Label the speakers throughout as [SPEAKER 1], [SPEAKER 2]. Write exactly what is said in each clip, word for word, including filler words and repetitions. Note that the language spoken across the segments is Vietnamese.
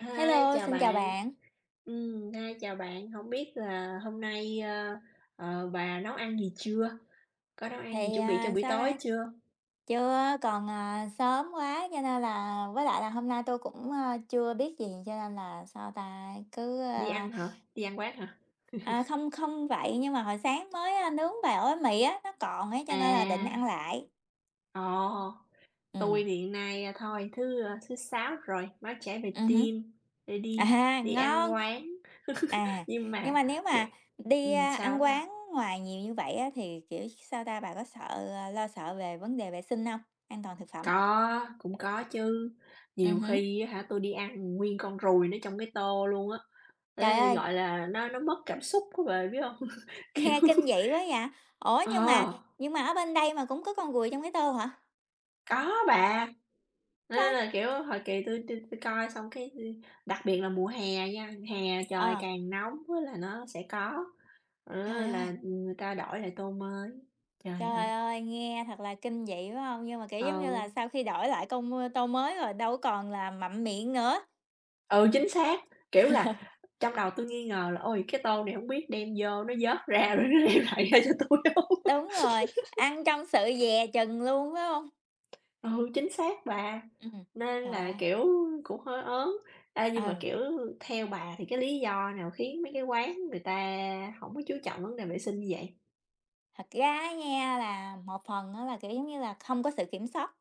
[SPEAKER 1] Hi,
[SPEAKER 2] Hello,
[SPEAKER 1] chào
[SPEAKER 2] xin chào
[SPEAKER 1] bạn.
[SPEAKER 2] bạn.
[SPEAKER 1] Ừm, hi, chào bạn. Không biết là hôm nay, ơ, ờ, bà nấu ăn gì chưa? Có nấu ăn gì
[SPEAKER 2] Thì,
[SPEAKER 1] chuẩn bị cho
[SPEAKER 2] à,
[SPEAKER 1] buổi
[SPEAKER 2] sao
[SPEAKER 1] tối
[SPEAKER 2] đây,
[SPEAKER 1] chưa?
[SPEAKER 2] chưa còn, à, sớm quá cho nên là với lại là hôm nay tôi cũng, ơ, chưa biết gì cho nên là, sao ta, cứ,
[SPEAKER 1] Đi
[SPEAKER 2] ơ
[SPEAKER 1] ăn hả? Đi ăn quán hả?
[SPEAKER 2] à, không không vậy nhưng mà hồi sáng mới, a, nướng bà ói mì á, nó còn ấy cho nên là định
[SPEAKER 1] À,
[SPEAKER 2] ăn lại.
[SPEAKER 1] ồ,
[SPEAKER 2] Ừ,
[SPEAKER 1] tôi thì hiện nay, a, thôi thứ, ơ, thứ Sáu rồi, máu chảy về
[SPEAKER 2] ừ hứm,
[SPEAKER 1] tim để đi
[SPEAKER 2] à,
[SPEAKER 1] đi ăn
[SPEAKER 2] ngon.
[SPEAKER 1] quán.
[SPEAKER 2] À,
[SPEAKER 1] Nhưng
[SPEAKER 2] nhưng
[SPEAKER 1] mà,
[SPEAKER 2] mà nếu
[SPEAKER 1] kiểu,
[SPEAKER 2] mà đi,
[SPEAKER 1] ừm,
[SPEAKER 2] a,
[SPEAKER 1] sao
[SPEAKER 2] ăn
[SPEAKER 1] bà?
[SPEAKER 2] quán ngoài nhiều như vậy á thì, kiểu, sao ta, bà có sợ, ờ, lo sợ về vấn đề vệ sinh không, an toàn thực phẩm.
[SPEAKER 1] Có, cũng có chứ,
[SPEAKER 2] Ừ
[SPEAKER 1] nhiều
[SPEAKER 2] hứm.
[SPEAKER 1] khi á hả, tui đi ăn nguyên con ruồi nó trong cái tô luôn á,
[SPEAKER 2] Trời
[SPEAKER 1] thế,
[SPEAKER 2] ơi!
[SPEAKER 1] gọi là, nó nó mất cảm xúc á bà biết hông? Kiểu
[SPEAKER 2] Nghe kinh dị quá vậy! Ủa,
[SPEAKER 1] ờ,
[SPEAKER 2] nhưng mà nhưng mà ở bên đây mà cũng có con ruồi trong cái tô hả?
[SPEAKER 1] có bà, cho nên
[SPEAKER 2] Trời!
[SPEAKER 1] là, kiểu, hồi kỳ tui tui tui coi xong cái tui đặc biệt là mùa hè nha, hè trời
[SPEAKER 2] Ờ,
[SPEAKER 1] càng nóng á là nó sẽ có, ờ,
[SPEAKER 2] trời ơi,
[SPEAKER 1] là người ta đổi lại tô mới. Trời
[SPEAKER 2] trời
[SPEAKER 1] ơi,
[SPEAKER 2] ơi, nghe thật là kinh dị, phải không? Nhưng mà, kiểu, giống như
[SPEAKER 1] ừ.
[SPEAKER 2] là, sau khi đổi lại con ơ, tô mới rồi đâu còn là mặn miệng nữa.
[SPEAKER 1] Ừ, chính xác, kiểu là, trong đầu tôi nghi ngờ là "Ôi, cái tô này hổng biết đem vô nó vớt ra rồi nó đem lại ra cho tui hông?"
[SPEAKER 2] Đúng rồi, ăn trong sự dè chừng luôn, phải không?
[SPEAKER 1] Ừ, chính xác bà,
[SPEAKER 2] Ừm,
[SPEAKER 1] nên
[SPEAKER 2] trời
[SPEAKER 1] là,
[SPEAKER 2] ơi,
[SPEAKER 1] kiểu, cũng hơi ớn. Ê, nhưng mà,
[SPEAKER 2] ừ,
[SPEAKER 1] kiểu, theo bà thì cái lý do nào khiến mấy cái quán người ta hổng có chú trọng vấn đề vệ sinh như vậy?
[SPEAKER 2] thật ra á nha là một phần đó là, kiểu, giống như là, không có sự kiểm soát.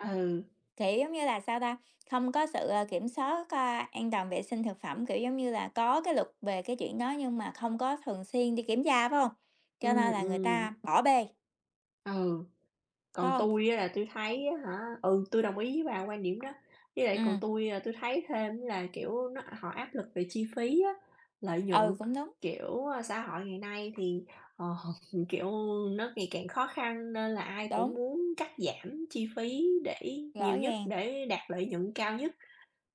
[SPEAKER 1] Ừ,
[SPEAKER 2] Kiểu, giống như là, sao ta, không có sự, ờ, kiểm soát, a, an toàn vệ sinh thực phẩm, kiểu, giống như là, có cái luật về cái chuyện đó nhưng mà không có thường xuyên đi kiểm tra, phải không? Cho
[SPEAKER 1] ừm,
[SPEAKER 2] nên là người ta
[SPEAKER 1] ừm,
[SPEAKER 2] bỏ bê,
[SPEAKER 1] ừ.
[SPEAKER 2] phải
[SPEAKER 1] Còn
[SPEAKER 2] không?
[SPEAKER 1] tui á là tui thấy á hả ừ, tôi đồng ý với bà quan điểm đó. Với lại
[SPEAKER 2] Ừ,
[SPEAKER 1] còn tôi là tui thấy thêm là, kiểu, nó họ áp lực về chi phí á, lợi nhuận,
[SPEAKER 2] ừ, cũng đúng,
[SPEAKER 1] kiểu, a, xã hội ngày nay thì, ờ, kiểu, nó ngày càng khó khăn nên là ai
[SPEAKER 2] đúng,
[SPEAKER 1] cũng muốn cắt giảm chi phí để
[SPEAKER 2] rõ
[SPEAKER 1] nhiều nhất,
[SPEAKER 2] ràng.
[SPEAKER 1] để đạt lợi nhuận cao nhất.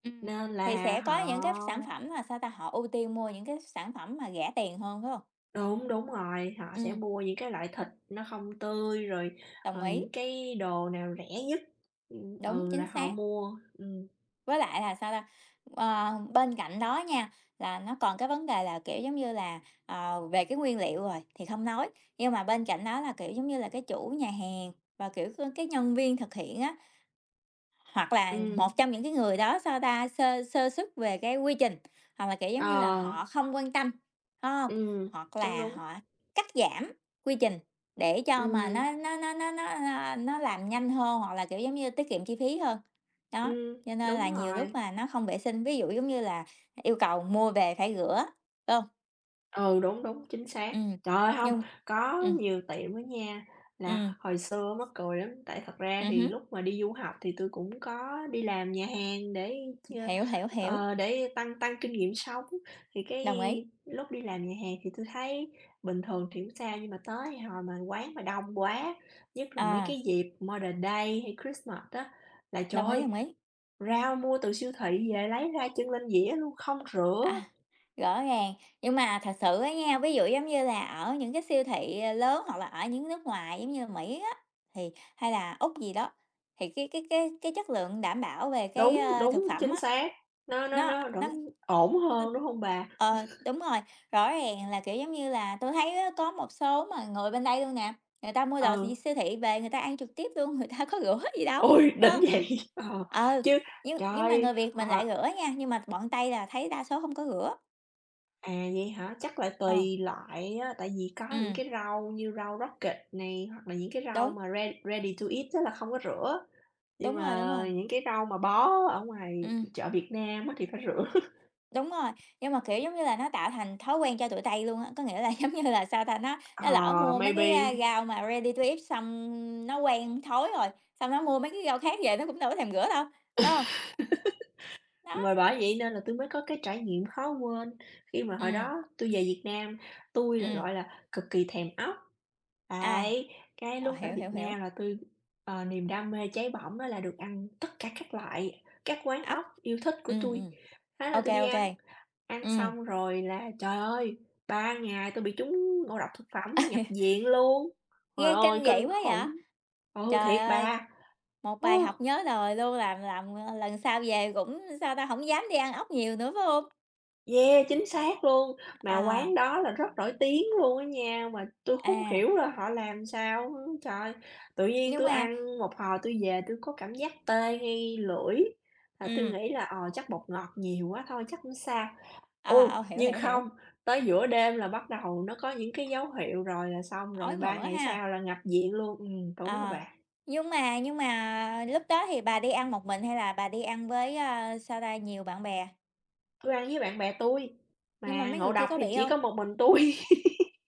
[SPEAKER 2] Ừm,
[SPEAKER 1] Nên
[SPEAKER 2] thì
[SPEAKER 1] là
[SPEAKER 2] sẽ có
[SPEAKER 1] họ
[SPEAKER 2] những cái sản phẩm là, sao ta, họ ưu tiên mua những cái sản phẩm mà rẻ tiền hơn, phải không?
[SPEAKER 1] đúng, đúng rồi, họ
[SPEAKER 2] Ừ,
[SPEAKER 1] sẽ mua những cái loại thịt nó không tươi, rồi,
[SPEAKER 2] đồng
[SPEAKER 1] ờ,
[SPEAKER 2] ý,
[SPEAKER 1] những cái đồ nào rẻ nhất, ừm,
[SPEAKER 2] đúng,
[SPEAKER 1] ừ,
[SPEAKER 2] chính
[SPEAKER 1] là họ
[SPEAKER 2] xác.
[SPEAKER 1] mua, ừm.
[SPEAKER 2] Với lại là sao ta? Ờ, bên cạnh đó nha, là nó còn cái vấn đề là, kiểu, giống như là, ờ, về cái nguyên liệu rồi thì không nói, nhưng mà bên cạnh đó là, kiểu, giống như là, cái chủ nhà hàng và, kiểu, cái cái nhân viên thực hiện á, hoặc là
[SPEAKER 1] Ừm,
[SPEAKER 2] một trong những cái người đó, sao ta, sơ sơ suất về cái quy trình, hoặc là, kiểu, giống
[SPEAKER 1] ờ,
[SPEAKER 2] như là, họ không quan tâm, phải không?
[SPEAKER 1] ừm,
[SPEAKER 2] Hoặc
[SPEAKER 1] đúng,
[SPEAKER 2] là
[SPEAKER 1] đúng,
[SPEAKER 2] họ cắt giảm quy trình để cho mà
[SPEAKER 1] ừm,
[SPEAKER 2] nó nó nó nó nó, a, nó làm nhanh hơn, hoặc là, kiểu, giống như, tiết kiệm chi phí hơn. Đó,
[SPEAKER 1] ừm,
[SPEAKER 2] cho nên
[SPEAKER 1] đúng
[SPEAKER 2] là nhiều lúc
[SPEAKER 1] rồi,
[SPEAKER 2] mà nó không vệ sinh, ví dụ, giống như là, yêu cầu mua về phải rửa, phải không?
[SPEAKER 1] ừ, đúng, đúng, chính xác.
[SPEAKER 2] Ừm,
[SPEAKER 1] Trời ơi, hông,
[SPEAKER 2] nhưng
[SPEAKER 1] có
[SPEAKER 2] ừm,
[SPEAKER 1] nhiều tiệm á nha, là
[SPEAKER 2] ừm,
[SPEAKER 1] hồi xưa mắc cười lắm, tại thật ra
[SPEAKER 2] ừm
[SPEAKER 1] thì
[SPEAKER 2] hứm,
[SPEAKER 1] lúc mà đi du học thì tui cũng có đi làm nhà hàng để ch
[SPEAKER 2] hiểu, hiểu, hiểu,
[SPEAKER 1] ờ, để tăng tăng kinh nghiệm sống. Thì cái
[SPEAKER 2] đồng ý,
[SPEAKER 1] lúc đi làm nhà hàng thì tui thấy bình thường thì hổng sao, nhưng mà tới hồi mà quán mà đông quá, nhất là mấy cái
[SPEAKER 2] à,
[SPEAKER 1] dịp Mother's Day hay Christmas á, là trời
[SPEAKER 2] đồng ý,
[SPEAKER 1] ơi.
[SPEAKER 2] đồng ý.
[SPEAKER 1] Rau mua từ siêu thị về lấy ra chân lên dĩa luôn, không rửa.
[SPEAKER 2] À, rõ ràng, nhưng mà thật sự á nha, ví dụ giống như là ở những cái siêu thị, ờ, lớn hoặc là ở những nước ngoài giống như Mỹ á, thì hay là Úc gì đó, thì cái cái cái cái chất lượng đảm bảo về cái,
[SPEAKER 1] Đúng,
[SPEAKER 2] ơ, thực
[SPEAKER 1] đúng,
[SPEAKER 2] phẩm
[SPEAKER 1] chính
[SPEAKER 2] á,
[SPEAKER 1] xác, nó nó
[SPEAKER 2] nó
[SPEAKER 1] nó
[SPEAKER 2] nó
[SPEAKER 1] vẫn ổn
[SPEAKER 2] nó
[SPEAKER 1] hơn, đúng hông bà?
[SPEAKER 2] ờ, đúng rồi, rõ ràng là, kiểu, giống như là, tôi thấy á có một số mà người bên đây luôn nè, người ta mua đồ gì
[SPEAKER 1] Ừ,
[SPEAKER 2] siêu thị về người ta ăn trực tiếp luôn, người ta có rửa gì đâu,
[SPEAKER 1] ôi,
[SPEAKER 2] phải
[SPEAKER 1] đỉnh
[SPEAKER 2] hông?
[SPEAKER 1] vậy! Ờ,
[SPEAKER 2] Ừ.
[SPEAKER 1] chứ
[SPEAKER 2] Nhưng
[SPEAKER 1] trời
[SPEAKER 2] nhưng mà người
[SPEAKER 1] ơi,
[SPEAKER 2] Việt mình
[SPEAKER 1] ờ,
[SPEAKER 2] lại rửa nha, nhưng mà bọn Tây là thấy đa số không có rửa.
[SPEAKER 1] à, vậy hả? Chắc là
[SPEAKER 2] Ờ,
[SPEAKER 1] tùy loại á, tại vì có những
[SPEAKER 2] ừm,
[SPEAKER 1] cái rau như rau rocket này hoặc là những cái rau
[SPEAKER 2] đúng,
[SPEAKER 1] mà re ready to eat tức là không có rửa, nhưng
[SPEAKER 2] đúng rồi, đúng
[SPEAKER 1] mà
[SPEAKER 2] rồi,
[SPEAKER 1] những cái rau mà bó ở ngoài
[SPEAKER 2] ừm,
[SPEAKER 1] chợ Việt Nam á thì phải rửa.
[SPEAKER 2] đúng rồi. Nhưng mà, kiểu, giống như là, nó tạo thành thói quen cho tụi Tây luôn á, có nghĩa là, giống như là, sao ta, nó nó lỡ
[SPEAKER 1] Ờ,
[SPEAKER 2] mua mấy cái, a,
[SPEAKER 1] maybe.
[SPEAKER 2] rau mà ready to eat xong nó quen thói rồi, xong nó mua mấy cái rau khác về nó cũng đâu có thèm rửa đâu, phải không? Đó,
[SPEAKER 1] Mà bởi vậy nên là tôi mới có cái trải nghiệm khó quên, khi mà hồi
[SPEAKER 2] ừm,
[SPEAKER 1] đó tôi về Việt Nam, tôi là,
[SPEAKER 2] ừm,
[SPEAKER 1] gọi là, cực kỳ thèm ốc.
[SPEAKER 2] ai,
[SPEAKER 1] Đấy, cái
[SPEAKER 2] ờ,
[SPEAKER 1] lúc về
[SPEAKER 2] hiểu,
[SPEAKER 1] Việt
[SPEAKER 2] hiểu, hiểu,
[SPEAKER 1] Nam là tôi ờ, niềm đam mê cháy bỏng đó là được ăn tất cả các loại, các quán
[SPEAKER 2] ốc.
[SPEAKER 1] ốc yêu thích của
[SPEAKER 2] Ừm,
[SPEAKER 1] tôi.
[SPEAKER 2] ừm,
[SPEAKER 1] Thế là
[SPEAKER 2] ok
[SPEAKER 1] tôi
[SPEAKER 2] kê,
[SPEAKER 1] đi
[SPEAKER 2] ô
[SPEAKER 1] ăn, ăn xong rồi là, trời ơi, ba ngày tôi bị trúng ngộ độc thực phẩm, nhập viện luôn. Trời
[SPEAKER 2] nghe
[SPEAKER 1] ơi,
[SPEAKER 2] kinh dị
[SPEAKER 1] kinh
[SPEAKER 2] quá vậy!
[SPEAKER 1] khủng, ừ,
[SPEAKER 2] Trời
[SPEAKER 1] thiệt
[SPEAKER 2] ơi!
[SPEAKER 1] bà.
[SPEAKER 2] Một bài học nhớ đời luôn, làm làm, ờ, lần sau về cũng, sao ta, không dám đi ăn ốc nhiều nữa, phải không?
[SPEAKER 1] Yeah, chính xác luôn, mà
[SPEAKER 2] Ờ,
[SPEAKER 1] quán đó là rất nổi tiếng luôn á nha, mà tui không
[SPEAKER 2] à,
[SPEAKER 1] hiểu là họ làm sao á. Trời, tự nhiên
[SPEAKER 2] nhưng
[SPEAKER 1] tui
[SPEAKER 2] mà
[SPEAKER 1] ăn một hồi tui về tui có cảm giác tê ngay lưỡi, là tui
[SPEAKER 2] ừm,
[SPEAKER 1] nghĩ là, ờ, chắc bột ngọt nhiều quá thôi, chắc hổng sao.
[SPEAKER 2] ờ,
[SPEAKER 1] Ô,
[SPEAKER 2] ờ, hiểu,
[SPEAKER 1] nhưng
[SPEAKER 2] hiểu, hiểu,
[SPEAKER 1] không, tới giữa đêm là bắt đầu nó có những cái dấu hiệu rồi là xong
[SPEAKER 2] ói
[SPEAKER 1] rồi, ba
[SPEAKER 2] mửa
[SPEAKER 1] ngày
[SPEAKER 2] ha.
[SPEAKER 1] sau là nhập viện luôn. Ừm, đúng rồi
[SPEAKER 2] Ờ,
[SPEAKER 1] bạn,
[SPEAKER 2] nhưng mà nhưng mà lúc đó thì bà đi ăn một mình hay là bà đi ăn với, a, sao ta, nhiều bạn bè?
[SPEAKER 1] tui ăn với bạn bè tui,
[SPEAKER 2] Nhưng mà
[SPEAKER 1] mà
[SPEAKER 2] mấy người
[SPEAKER 1] ngộ
[SPEAKER 2] kia
[SPEAKER 1] độc
[SPEAKER 2] có
[SPEAKER 1] thì
[SPEAKER 2] bị
[SPEAKER 1] chỉ
[SPEAKER 2] không?
[SPEAKER 1] có một mình tui.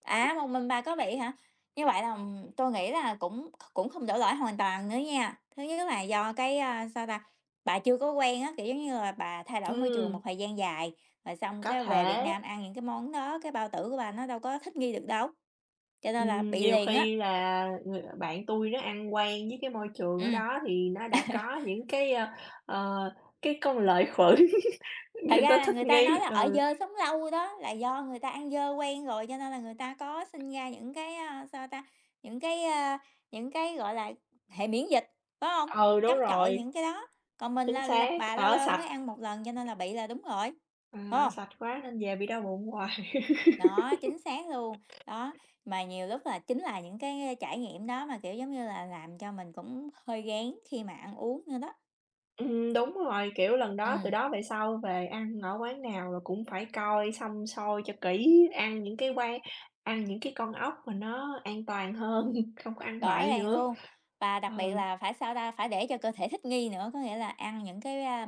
[SPEAKER 2] À, một mình bà có bị hả? Như vậy là tôi nghĩ là cũng cũng không đổ lỗi hoàn toàn nữa nha. Thứ nhất là do cái, a, sao ta, bà chưa có quen á, kiểu, giống như là bà thay đổi môi trường một
[SPEAKER 1] Ừm,
[SPEAKER 2] thời gian dài, rồi xong
[SPEAKER 1] có
[SPEAKER 2] cái về Việt
[SPEAKER 1] thể.
[SPEAKER 2] Nam ăn những cái món đó, cái bao tử của bà nó đâu có thích nghi được đâu, cho nên là
[SPEAKER 1] Ừm,
[SPEAKER 2] bị
[SPEAKER 1] nhiều
[SPEAKER 2] liền á.
[SPEAKER 1] khi là người bạn tôi nó ăn quen với cái môi trường ở
[SPEAKER 2] Ừm.
[SPEAKER 1] đó thì nó đã có những cái, ơ, ờ, cái con lợi khuẩn
[SPEAKER 2] Thật
[SPEAKER 1] nên
[SPEAKER 2] ra
[SPEAKER 1] tôi
[SPEAKER 2] là
[SPEAKER 1] thích
[SPEAKER 2] người ta nói
[SPEAKER 1] nghi,
[SPEAKER 2] là
[SPEAKER 1] ừ,
[SPEAKER 2] ở dơ sống lâu đó, là do người ta ăn dơ quen rồi, cho nên là người ta có sinh ra những cái, a, sao ta, những cái, a, những cái, gọi là, hệ miễn dịch, phải không?
[SPEAKER 1] ừ, đúng
[SPEAKER 2] Chống chọi
[SPEAKER 1] rồi,
[SPEAKER 2] những cái đó, còn mình
[SPEAKER 1] chính
[SPEAKER 2] là là
[SPEAKER 1] xác,
[SPEAKER 2] bà lâu
[SPEAKER 1] ở
[SPEAKER 2] lâu mới
[SPEAKER 1] sạch,
[SPEAKER 2] ăn một lần cho nên là bị là đúng rồi,
[SPEAKER 1] ờ,
[SPEAKER 2] phải
[SPEAKER 1] ở
[SPEAKER 2] không?
[SPEAKER 1] sạch quá nên về bị đau bụng hoài.
[SPEAKER 2] Đó, chính xác luôn. Đó, mà nhiều lúc là chính là những cái trải nghiệm đó mà, kiểu, giống như là, làm cho mình cũng hơi gán khi mà ăn uống nữa đó.
[SPEAKER 1] Ừm, đúng rồi, kiểu, lần đó từ
[SPEAKER 2] Ừm.
[SPEAKER 1] đó về sau về ăn ở quán nào là cũng phải coi xăm soi cho kỹ, ăn những cái quán ăn những cái con ốc mà nó an toàn hơn, không có ăn
[SPEAKER 2] Rõ
[SPEAKER 1] bậy
[SPEAKER 2] ràng
[SPEAKER 1] nữa.
[SPEAKER 2] luôn, và đặc biệt
[SPEAKER 1] Ừ,
[SPEAKER 2] là phải, sao ta, phải để cho cơ thể thích nghi nữa, có nghĩa là ăn những cái, a,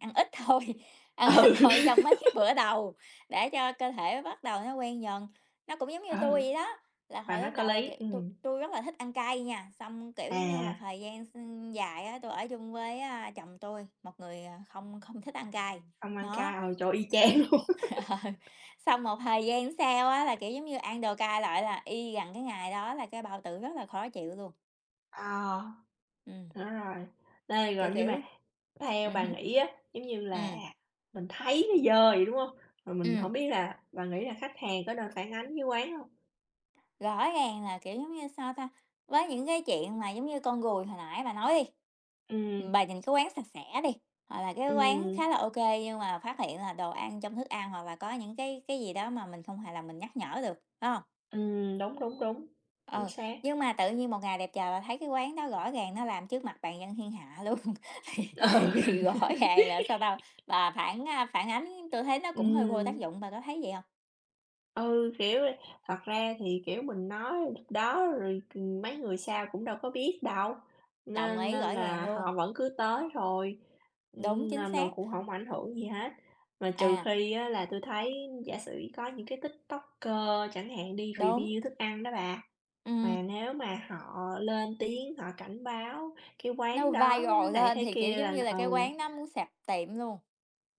[SPEAKER 2] ăn ít thôi, ăn ít
[SPEAKER 1] ừ,
[SPEAKER 2] thôi trong mấy cái bữa đầu để cho cơ thể bắt đầu nó quen dần. Nó cũng giống như tôi
[SPEAKER 1] ừ.
[SPEAKER 2] vậy đó, là
[SPEAKER 1] Và
[SPEAKER 2] hồi
[SPEAKER 1] nó
[SPEAKER 2] lúc
[SPEAKER 1] có
[SPEAKER 2] đầu là,
[SPEAKER 1] lý,
[SPEAKER 2] kiểu, tôi
[SPEAKER 1] ừm.
[SPEAKER 2] tôi rất là thích ăn cay nha, xong, kiểu, giống như,
[SPEAKER 1] À,
[SPEAKER 2] một thời gian x dài á, tui ở chung với, a, chồng tôi một người, à, không không thích ăn cay,
[SPEAKER 1] không ăn
[SPEAKER 2] đó,
[SPEAKER 1] cay, ờ, trời y chang luôn.
[SPEAKER 2] xong một thời gian sau á là, kiểu, giống như, ăn đồ cay lại là y gần cái ngày đó là cái bao tử rất là khó chịu luôn,
[SPEAKER 1] Ờ,
[SPEAKER 2] ừm.
[SPEAKER 1] đúng rồi. Đây,
[SPEAKER 2] Kiểu,
[SPEAKER 1] rồi nhưng
[SPEAKER 2] kiểu
[SPEAKER 1] mà
[SPEAKER 2] ừ,
[SPEAKER 1] theo bà
[SPEAKER 2] hứm.
[SPEAKER 1] nghĩ á, giống như là,
[SPEAKER 2] Ừm,
[SPEAKER 1] mình thấy nó dơ vậy, đúng không? Rồi mình
[SPEAKER 2] ừm,
[SPEAKER 1] không biết là bà nghĩ là khách hàng có nên phản ánh với quán không?
[SPEAKER 2] rõ ràng là, kiểu, giống như, sao ta, với những cái chuyện mà, giống như, con ruồi hồi nãy bà nói đi,
[SPEAKER 1] Ừm,
[SPEAKER 2] ừm, bà nhìn cái quán sạch sẽ đi, hoặc là cái quán
[SPEAKER 1] ừm,
[SPEAKER 2] khá là ok nhưng mà phát hiện là đồ ăn trong thức ăn hoặc là có những cái cái gì đó mà mình không hề lòng mình nhắc nhở được, phải hông?
[SPEAKER 1] ừm, đúng, đúng, đúng, chính
[SPEAKER 2] Ừ,
[SPEAKER 1] xác.
[SPEAKER 2] nhưng mà tự nhiên một ngày đẹp trời là thấy cái quán đó rõ ràng nó làm trước mặt bàn dân thiên hạ luôn, thì thì rõ ràng là, sao đâu. Bà phản, à, phản ánh tôi thấy nó
[SPEAKER 1] Ừ,
[SPEAKER 2] cũng hơi vô tác
[SPEAKER 1] ừm.
[SPEAKER 2] dụng, bà có thấy vậy không?
[SPEAKER 1] Ừ, kiểu, thật ra thì, kiểu, mình nói lúc đó rồi, ừm, mấy người sau cũng đâu có biết đâu,
[SPEAKER 2] Đồng
[SPEAKER 1] nên
[SPEAKER 2] ý,
[SPEAKER 1] nên
[SPEAKER 2] rõ ràng
[SPEAKER 1] là họ
[SPEAKER 2] luôn.
[SPEAKER 1] vẫn cứ tới thôi,
[SPEAKER 2] Đúng,
[SPEAKER 1] ừm,
[SPEAKER 2] chính
[SPEAKER 1] nên là
[SPEAKER 2] xác.
[SPEAKER 1] cũng không ảnh hưởng gì hết. Mà trừ
[SPEAKER 2] À,
[SPEAKER 1] khi á là tôi thấy giả sử có những cái TikToker chẳng hạn đi
[SPEAKER 2] đúng,
[SPEAKER 1] review thức ăn đó bà,
[SPEAKER 2] ừm,
[SPEAKER 1] mà nếu mà họ lên tiếng họ cảnh báo cái
[SPEAKER 2] nó
[SPEAKER 1] quán đó thế
[SPEAKER 2] viral
[SPEAKER 1] này
[SPEAKER 2] lên
[SPEAKER 1] thế
[SPEAKER 2] thì, kiểu,
[SPEAKER 1] kia
[SPEAKER 2] giống
[SPEAKER 1] là
[SPEAKER 2] như là, cái
[SPEAKER 1] ừ,
[SPEAKER 2] quán nó muốn sập tiệm luôn.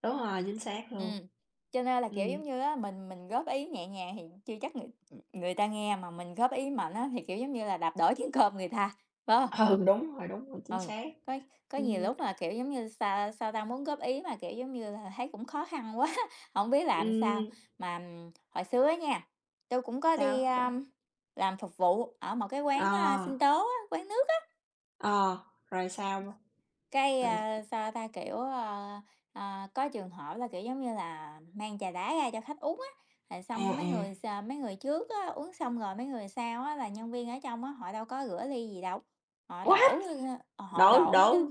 [SPEAKER 1] đúng rồi, chính xác luôn.
[SPEAKER 2] Ừm, cho nên là, kiểu,
[SPEAKER 1] Ừm,
[SPEAKER 2] giống như á, mình mình góp ý nhẹ nhàng thì chưa chắc người người ta nghe, mà mình góp ý mạnh á thì, kiểu, giống như là, đạp đổ chén cơm người ta, phải hông?
[SPEAKER 1] ừ, đúng rồi, đúng rồi, chính
[SPEAKER 2] Ừ,
[SPEAKER 1] xác.
[SPEAKER 2] có có nhiều
[SPEAKER 1] Ừm.
[SPEAKER 2] lúc mà, kiểu, giống như, sao sao ta, muốn góp ý mà, kiểu, giống như là, thấy cũng khó khăn quá, không biết làm sao.
[SPEAKER 1] Ừm,
[SPEAKER 2] Mà, ừm, hồi xưa á nha, tôi cũng có
[SPEAKER 1] sao
[SPEAKER 2] đi,
[SPEAKER 1] hông ta?
[SPEAKER 2] a, làm phục vụ ở một cái quán, a,
[SPEAKER 1] Ờ,
[SPEAKER 2] sinh tố á, quán nước.
[SPEAKER 1] ờ, rồi sao?
[SPEAKER 2] Cái,
[SPEAKER 1] Rồi
[SPEAKER 2] a, sao ta, kiểu, ờ, ờ, có trường hợp là, kiểu, giống như là, mang trà đá ra cho khách uống á, rồi
[SPEAKER 1] à, à.
[SPEAKER 2] xong mấy người s mấy người trước á, uống xong rồi mấy người sau á là nhân viên ở trong á, họ đâu có rửa ly gì đâu, họ
[SPEAKER 1] What?
[SPEAKER 2] đổ, họ
[SPEAKER 1] Đổ
[SPEAKER 2] đổ mấy cái
[SPEAKER 1] đổ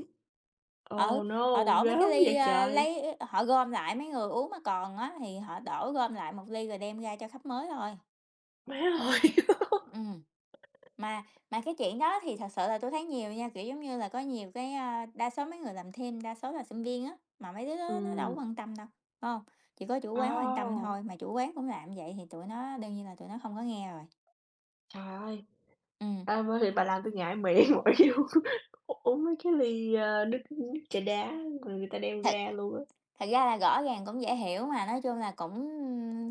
[SPEAKER 2] ừ,
[SPEAKER 1] oh
[SPEAKER 2] họ
[SPEAKER 1] no,
[SPEAKER 2] đổ mấy cái
[SPEAKER 1] gớm
[SPEAKER 2] ly,
[SPEAKER 1] vậy
[SPEAKER 2] a,
[SPEAKER 1] trời!
[SPEAKER 2] lấy họ gom lại mấy người uống mà còn á thì họ đổ gom lại một ly rồi đem ra cho khách mới thôi.
[SPEAKER 1] Má ơi!
[SPEAKER 2] Ừm. Mà mà cái chuyện đó thì thật sự là tôi thấy nhiều nha, kiểu, giống như là, có nhiều cái, a đa số mấy người làm thêm, đa số là sinh viên á, mà mấy đứa đó nó đâu
[SPEAKER 1] Ừm,
[SPEAKER 2] có quan tâm đâu, phải hông? Chỉ có chủ quán quan tâm
[SPEAKER 1] ồ,
[SPEAKER 2] thôi, mà chủ quán cũng làm vậy thì tụi nó đương nhiên là tụi nó không có nghe rồi.
[SPEAKER 1] trời ơi!
[SPEAKER 2] Ừm,
[SPEAKER 1] À, bởi vậy bà làm tui ngại miệng bởi vì u uống mấy cái ly, ơ, nước nước trà đá người người ta đem
[SPEAKER 2] thật
[SPEAKER 1] ra luôn á.
[SPEAKER 2] thật ra là rõ ràng cũng dễ hiểu mà, nói chung là cũng,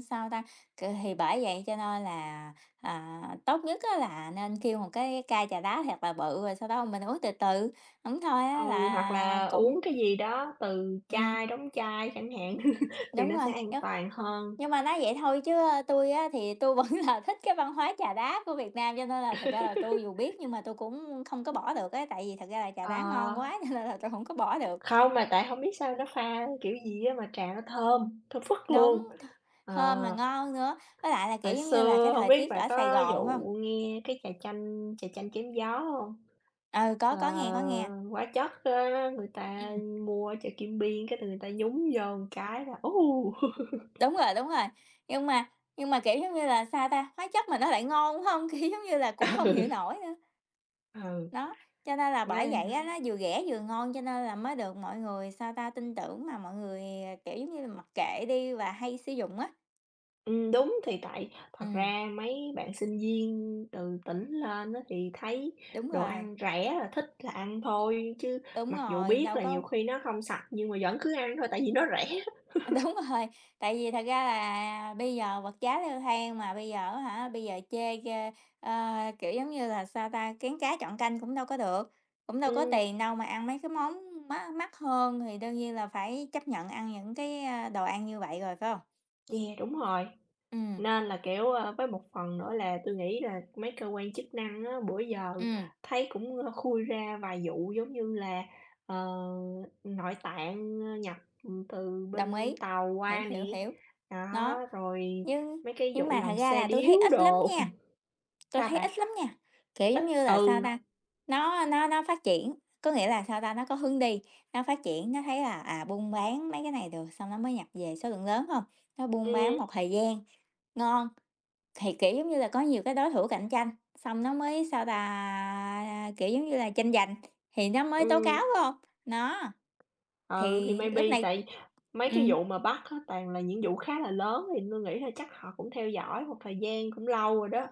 [SPEAKER 2] sao ta, c thì bởi vậy cho nên là, à, tốt nhất á là nên kêu một cái ca trà đá thiệt là bự, rồi sau đó mình uống từ từ. Hổng thôi á
[SPEAKER 1] Ừ, hoặc
[SPEAKER 2] là
[SPEAKER 1] là uống
[SPEAKER 2] cũng
[SPEAKER 1] cái gì đó từ
[SPEAKER 2] ừm,
[SPEAKER 1] chai, đóng chai chẳng hạn thì
[SPEAKER 2] đúng
[SPEAKER 1] nó
[SPEAKER 2] rồi.
[SPEAKER 1] sẽ an toàn hơn.
[SPEAKER 2] Nhưng mà nói vậy thôi chứ, ơ, tui á thì tôi vẫn là thích cái văn hóa trà đá của Việt Nam, cho nên là thật ra là tôi dù biết nhưng mà tôi cũng không có bỏ được á, tại vì thật ra là trà đá ngon
[SPEAKER 1] Ờ.
[SPEAKER 2] quá cho nên là tui không có bỏ được.
[SPEAKER 1] Không, mà tại hông biết sao nó pha kiểu gì á mà trà nó thơm, thơm phức
[SPEAKER 2] Đúng,
[SPEAKER 1] luôn.
[SPEAKER 2] th
[SPEAKER 1] Ờ,
[SPEAKER 2] thơm mà ngon nữa, với lại là, kiểu,
[SPEAKER 1] hồi
[SPEAKER 2] giống như là, cái
[SPEAKER 1] xưa hông
[SPEAKER 2] thời
[SPEAKER 1] biết
[SPEAKER 2] tiết
[SPEAKER 1] bạn
[SPEAKER 2] ở Sài
[SPEAKER 1] có
[SPEAKER 2] Gòn, phải không?
[SPEAKER 1] vụ nghe cái trà chanh trà chanh chém gió hông?
[SPEAKER 2] Ừ,
[SPEAKER 1] Ờ,
[SPEAKER 2] có, có nghe, có nghe.
[SPEAKER 1] hóa chất á, người ta
[SPEAKER 2] Ừm,
[SPEAKER 1] mua ở chợ Kim Biên cái người ta nhúng vô một cái là, u
[SPEAKER 2] đúng rồi, đúng rồi, nhưng mà nhưng mà, kiểu, giống như là, sao ta, hóa chất mà nó lại ngon, phải hông? Kiểu, giống như là, cũng không hiểu nổi nữa.
[SPEAKER 1] Ừ,
[SPEAKER 2] Đó, cho nên là
[SPEAKER 1] nó
[SPEAKER 2] bởi vậy á, nó vừa rẻ vừa ngon cho nên là mới được mọi người, sao ta, tin tưởng mà mọi người, à, kiểu, giống như là, mặc kệ đi và hay sử dụng á.
[SPEAKER 1] ừm, đúng, thì tại thật
[SPEAKER 2] Ừm,
[SPEAKER 1] ra mấy bạn sinh viên từ tỉnh lên á thì thấy
[SPEAKER 2] đúng
[SPEAKER 1] đồ
[SPEAKER 2] rồi,
[SPEAKER 1] ăn rẻ là thích là ăn thôi, chứ
[SPEAKER 2] đúng
[SPEAKER 1] mặc dù
[SPEAKER 2] rồi,
[SPEAKER 1] biết
[SPEAKER 2] đâu
[SPEAKER 1] là nhiều
[SPEAKER 2] có
[SPEAKER 1] khi nó không sạch nhưng mà vẫn cứ ăn thôi tại vì nó rẻ.
[SPEAKER 2] đúng rồi, tại vì thật ra là bây giờ vật giá leo thang mà bây giờ hả, bây giờ chê, ơ, ờ, kiểu, giống như là, sao ta, kén cá chọn canh cũng đâu có được, cũng đâu có
[SPEAKER 1] Ừm,
[SPEAKER 2] tiền đâu mà ăn mấy cái món má mắc hơn thì đương nhiên là phải chấp nhận ăn những cái, a, đồ ăn như vậy rồi, phải không?
[SPEAKER 1] yeah, đúng rồi.
[SPEAKER 2] Ừ.
[SPEAKER 1] Nên là, kiểu, a, với một phần nữa là tôi nghĩ là mấy cơ quan chức năng á, bữa giờ
[SPEAKER 2] Ừ.
[SPEAKER 1] thấy cũng, ơ, khui ra vài vụ giống như là, ờ, nội tạng, nhập, từ
[SPEAKER 2] Đồng
[SPEAKER 1] bên
[SPEAKER 2] ý,
[SPEAKER 1] Tàu
[SPEAKER 2] hiểu,
[SPEAKER 1] qua
[SPEAKER 2] hiểu,
[SPEAKER 1] nè,
[SPEAKER 2] hiểu.
[SPEAKER 1] đó,
[SPEAKER 2] Đó,
[SPEAKER 1] rồi
[SPEAKER 2] nhưng
[SPEAKER 1] mấy cái
[SPEAKER 2] nhưng
[SPEAKER 1] vụ
[SPEAKER 2] mà thật
[SPEAKER 1] làm
[SPEAKER 2] ra
[SPEAKER 1] xe
[SPEAKER 2] là tôi thấy
[SPEAKER 1] điếu
[SPEAKER 2] ít lắm
[SPEAKER 1] đồ.
[SPEAKER 2] nha, tôi
[SPEAKER 1] Sao
[SPEAKER 2] thấy
[SPEAKER 1] bạn?
[SPEAKER 2] ít lắm nha. Kiểu, giống như là, sao
[SPEAKER 1] Ừ,
[SPEAKER 2] ta, nó nó nó phát triển, có nghĩa là, sao ta, nó có hướng đi, nó phát triển, nó thấy là, à, buôn bán mấy cái này được, xong nó mới nhập về số lượng lớn, không. Nó buôn bán
[SPEAKER 1] ừm,
[SPEAKER 2] một thời gian ngon, thì, kiểu, giống như là, có nhiều cái đối thủ cạnh tranh, xong nó mới, sao ta, kiểu, giống như là, tranh giành thì nó mới tố cáo,
[SPEAKER 1] ừm,
[SPEAKER 2] phải hông? Nó,
[SPEAKER 1] ừ, thì
[SPEAKER 2] thì
[SPEAKER 1] maybe
[SPEAKER 2] lúc này
[SPEAKER 1] tại mấy cái
[SPEAKER 2] ừm.
[SPEAKER 1] vụ mà bắt á, toàn là những vụ khá là lớn thì tôi nghĩ là chắc họ cũng theo dõi một thời gian cũng lâu rồi đó,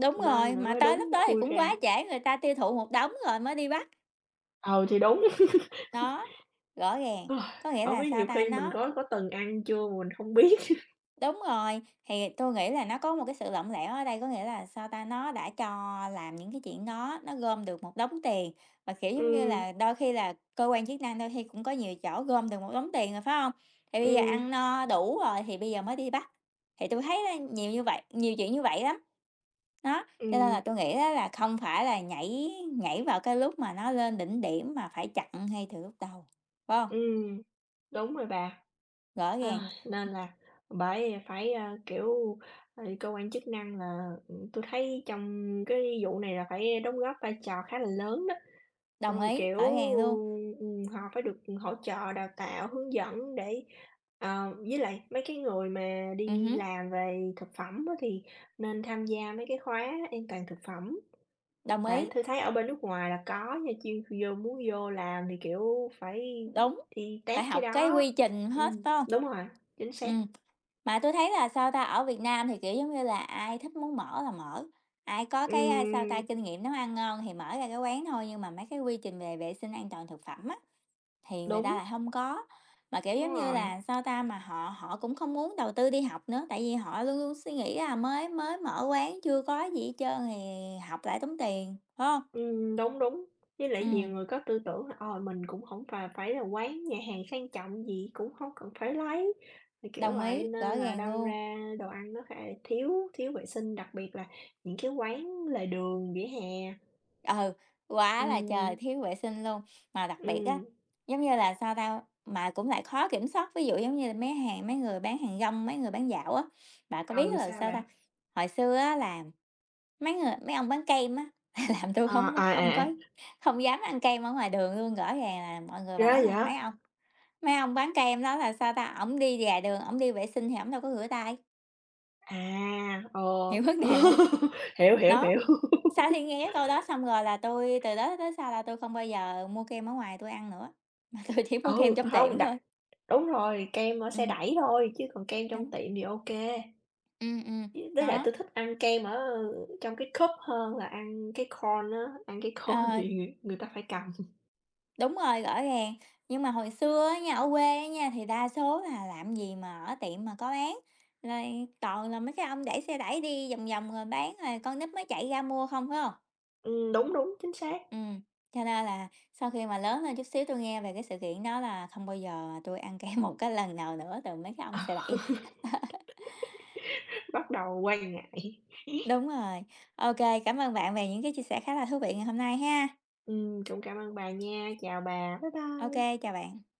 [SPEAKER 2] Đúng
[SPEAKER 1] nên
[SPEAKER 2] rồi,
[SPEAKER 1] là
[SPEAKER 2] mà
[SPEAKER 1] mới
[SPEAKER 2] tới lúc
[SPEAKER 1] đúng
[SPEAKER 2] đó thì
[SPEAKER 1] khui
[SPEAKER 2] cũng
[SPEAKER 1] ra.
[SPEAKER 2] quá trễ, người ta tiêu thụ một đống rồi mới đi bắt.
[SPEAKER 1] Ờ thì đúng.
[SPEAKER 2] Đó, rõ ràng.
[SPEAKER 1] Ờ,
[SPEAKER 2] Có nghĩa
[SPEAKER 1] hổng
[SPEAKER 2] là,
[SPEAKER 1] biết
[SPEAKER 2] sao
[SPEAKER 1] nhiều
[SPEAKER 2] ta,
[SPEAKER 1] khi mình
[SPEAKER 2] nó.
[SPEAKER 1] có có từng ăn chưa mà mình không biết.
[SPEAKER 2] Đúng rồi, thì tôi nghĩ là nó có một cái sự lỏng lẻo ở đây, có nghĩa là, sao ta, nó đã cho làm những cái chuyện đó, nó gom được một đống tiền, và, kiểu giống như
[SPEAKER 1] Ừm,
[SPEAKER 2] là, đôi khi là cơ quan chức năng đôi khi cũng có nhiều chỗ gom được một đống tiền rồi, phải không? Thì bây giờ
[SPEAKER 1] ừm,
[SPEAKER 2] ăn no đủ rồi thì bây giờ mới đi bắt, thì tôi thấy á nhiều như vậy nhiều chuyện như vậy lắm. Đó, cho nên là
[SPEAKER 1] ừm,
[SPEAKER 2] tôi nghĩ á là không phải là nhảy nhảy vào cái lúc mà nó lên đỉnh điểm mà phải chặn ngay từ lúc đầu, phải không?
[SPEAKER 1] ừm, đúng rồi bà.
[SPEAKER 2] Rõ
[SPEAKER 1] Ai,
[SPEAKER 2] ràng,
[SPEAKER 1] nên là bởi phải, a, kiểu, ờ, cơ quan chức năng là, ừm, tui thấy trong cái vụ này là phải đóng góp vai trò khá là lớn đó.
[SPEAKER 2] đồng
[SPEAKER 1] Rồi,
[SPEAKER 2] ý,
[SPEAKER 1] kiểu,
[SPEAKER 2] rõ ràng luôn.
[SPEAKER 1] ừm, họ phải được hỗ trợ, đào tạo, hướng dẫn để ờ, với lại mấy cái người mà
[SPEAKER 2] Ừm
[SPEAKER 1] đi
[SPEAKER 2] hứm,
[SPEAKER 1] làm về thực phẩm á thì nên tham gia mấy cái khóa an toàn thực phẩm.
[SPEAKER 2] đồng
[SPEAKER 1] Tại
[SPEAKER 2] ý.
[SPEAKER 1] tôi thấy ở bên nước ngoài là có nha, chuyên vô muốn vô làm thì, kiểu, phải
[SPEAKER 2] Đúng,
[SPEAKER 1] đi
[SPEAKER 2] phải
[SPEAKER 1] test
[SPEAKER 2] học
[SPEAKER 1] cái
[SPEAKER 2] cái
[SPEAKER 1] đó.
[SPEAKER 2] quy trình hết,
[SPEAKER 1] Ừm,
[SPEAKER 2] phải hông?
[SPEAKER 1] đúng rồi, chính xác.
[SPEAKER 2] Ừm, mà tôi thấy là, sao ta, ở Việt Nam thì, kiểu, giống như là, ai thích muốn mở là mở, ai có cái, a, sao ta,
[SPEAKER 1] Ừm,
[SPEAKER 2] kinh nghiệm nấu ăn ngon thì mở ra cái quán thôi, nhưng mà mấy cái quy trình về vệ sinh an toàn thực phẩm á, thì người ta
[SPEAKER 1] đúng,
[SPEAKER 2] lại không có. Mà, kiểu,
[SPEAKER 1] đúng
[SPEAKER 2] giống như
[SPEAKER 1] rồi.
[SPEAKER 2] là, sao ta, mà họ họ cũng không muốn đầu tư đi học nữa, tại vì họ luôn luôn suy nghĩ là mới mới mở quán chưa có gì hết trơn thì học lại tốn tiền, phải không?
[SPEAKER 1] Ừm, đúng, đúng. Với lại
[SPEAKER 2] Ừ,
[SPEAKER 1] nhiều người có tư tưởng là, ờ, mình cũng không phải phải là quán nhà hàng sang trọng gì, cũng không cần phải lấy, thì kiểu
[SPEAKER 2] đồng
[SPEAKER 1] vậy,
[SPEAKER 2] ý,
[SPEAKER 1] nên
[SPEAKER 2] rõ
[SPEAKER 1] là
[SPEAKER 2] ràng
[SPEAKER 1] đâm
[SPEAKER 2] luôn.
[SPEAKER 1] ra đồ ăn nó khá là thiếu thiếu vệ sinh, đặc biệt là những cái quán lề đường, vỉa hè.
[SPEAKER 2] Ừ, quá là trời
[SPEAKER 1] Ừm,
[SPEAKER 2] thiếu vệ sinh luôn. Mà đặc biệt á,
[SPEAKER 1] ừm.
[SPEAKER 2] giống như là, sao ta, mà cũng lại khó kiểm soát, ví dụ giống như là mấy hàng mấy người bán hàng rong, mấy người bán dạo á, bạn có biết
[SPEAKER 1] Ừ,
[SPEAKER 2] là,
[SPEAKER 1] sao
[SPEAKER 2] sao ta,
[SPEAKER 1] bạn?
[SPEAKER 2] hồi xưa á là mấy người mấy ông bán kem á, là làm tôi
[SPEAKER 1] Ờ,
[SPEAKER 2] không
[SPEAKER 1] à, à,
[SPEAKER 2] không
[SPEAKER 1] à,
[SPEAKER 2] có không dám ăn kem ở ngoài đường luôn. Rõ ràng là mọi người
[SPEAKER 1] ghê
[SPEAKER 2] bảo là
[SPEAKER 1] vậy?
[SPEAKER 2] mấy ông mấy ông bán kem đó là, sao ta, ổng đi dài đường, ổng đi vệ sinh thì ổng đâu có rửa tay,
[SPEAKER 1] À, ờ.
[SPEAKER 2] hiểu vấn đề không?
[SPEAKER 1] Hiểu, hiểu,
[SPEAKER 2] Đó.
[SPEAKER 1] hiểu.
[SPEAKER 2] Sau khi nghe cái câu đó xong rồi là tôi từ đó tới sau là tôi không bao giờ mua kem ở ngoài tôi ăn nữa, mà tôi chỉ mua kem
[SPEAKER 1] Ừ,
[SPEAKER 2] trong tiệm
[SPEAKER 1] không
[SPEAKER 2] thôi.
[SPEAKER 1] đặt đúng rồi, kem ở xe
[SPEAKER 2] Ừm,
[SPEAKER 1] đẩy thôi, chứ còn kem trong
[SPEAKER 2] đúng,
[SPEAKER 1] tiệm thì ok.
[SPEAKER 2] ừm, ừm,
[SPEAKER 1] Với lại
[SPEAKER 2] đó,
[SPEAKER 1] tôi thích ăn kem ở trong cái cup hơn là ăn cái cone á, ăn cái cone
[SPEAKER 2] ờ,
[SPEAKER 1] thì người người ta phải cầm.
[SPEAKER 2] đúng rồi, rõ ràng. Nhưng mà hồi xưa á nha, ở quê á nha, thì đa số là làm gì mà ở tiệm mà có bán, rồi toàn là mấy cái ông đẩy xe đẩy đi vòng vòng rồi bán rồi con nít mới chạy ra mua không, phải không?
[SPEAKER 1] Ừm, đúng, đúng, chính xác.
[SPEAKER 2] Ừm, cho nên là sau khi mà lớn lên chút xíu tôi nghe về cái sự kiện đó là không bao giờ tôi ăn kem một cái lần nào nữa từ mấy cái ông xe
[SPEAKER 1] Ờ,
[SPEAKER 2] đẩy.
[SPEAKER 1] bắt đầu quan ngại.
[SPEAKER 2] Đúng rồi. Ok, cảm ơn bạn về những cái chia sẻ khá là thú vị ngày hôm nay ha.
[SPEAKER 1] Ừm, cũng cảm ơn bà nha, chào bà.
[SPEAKER 2] Ok, chào bạn.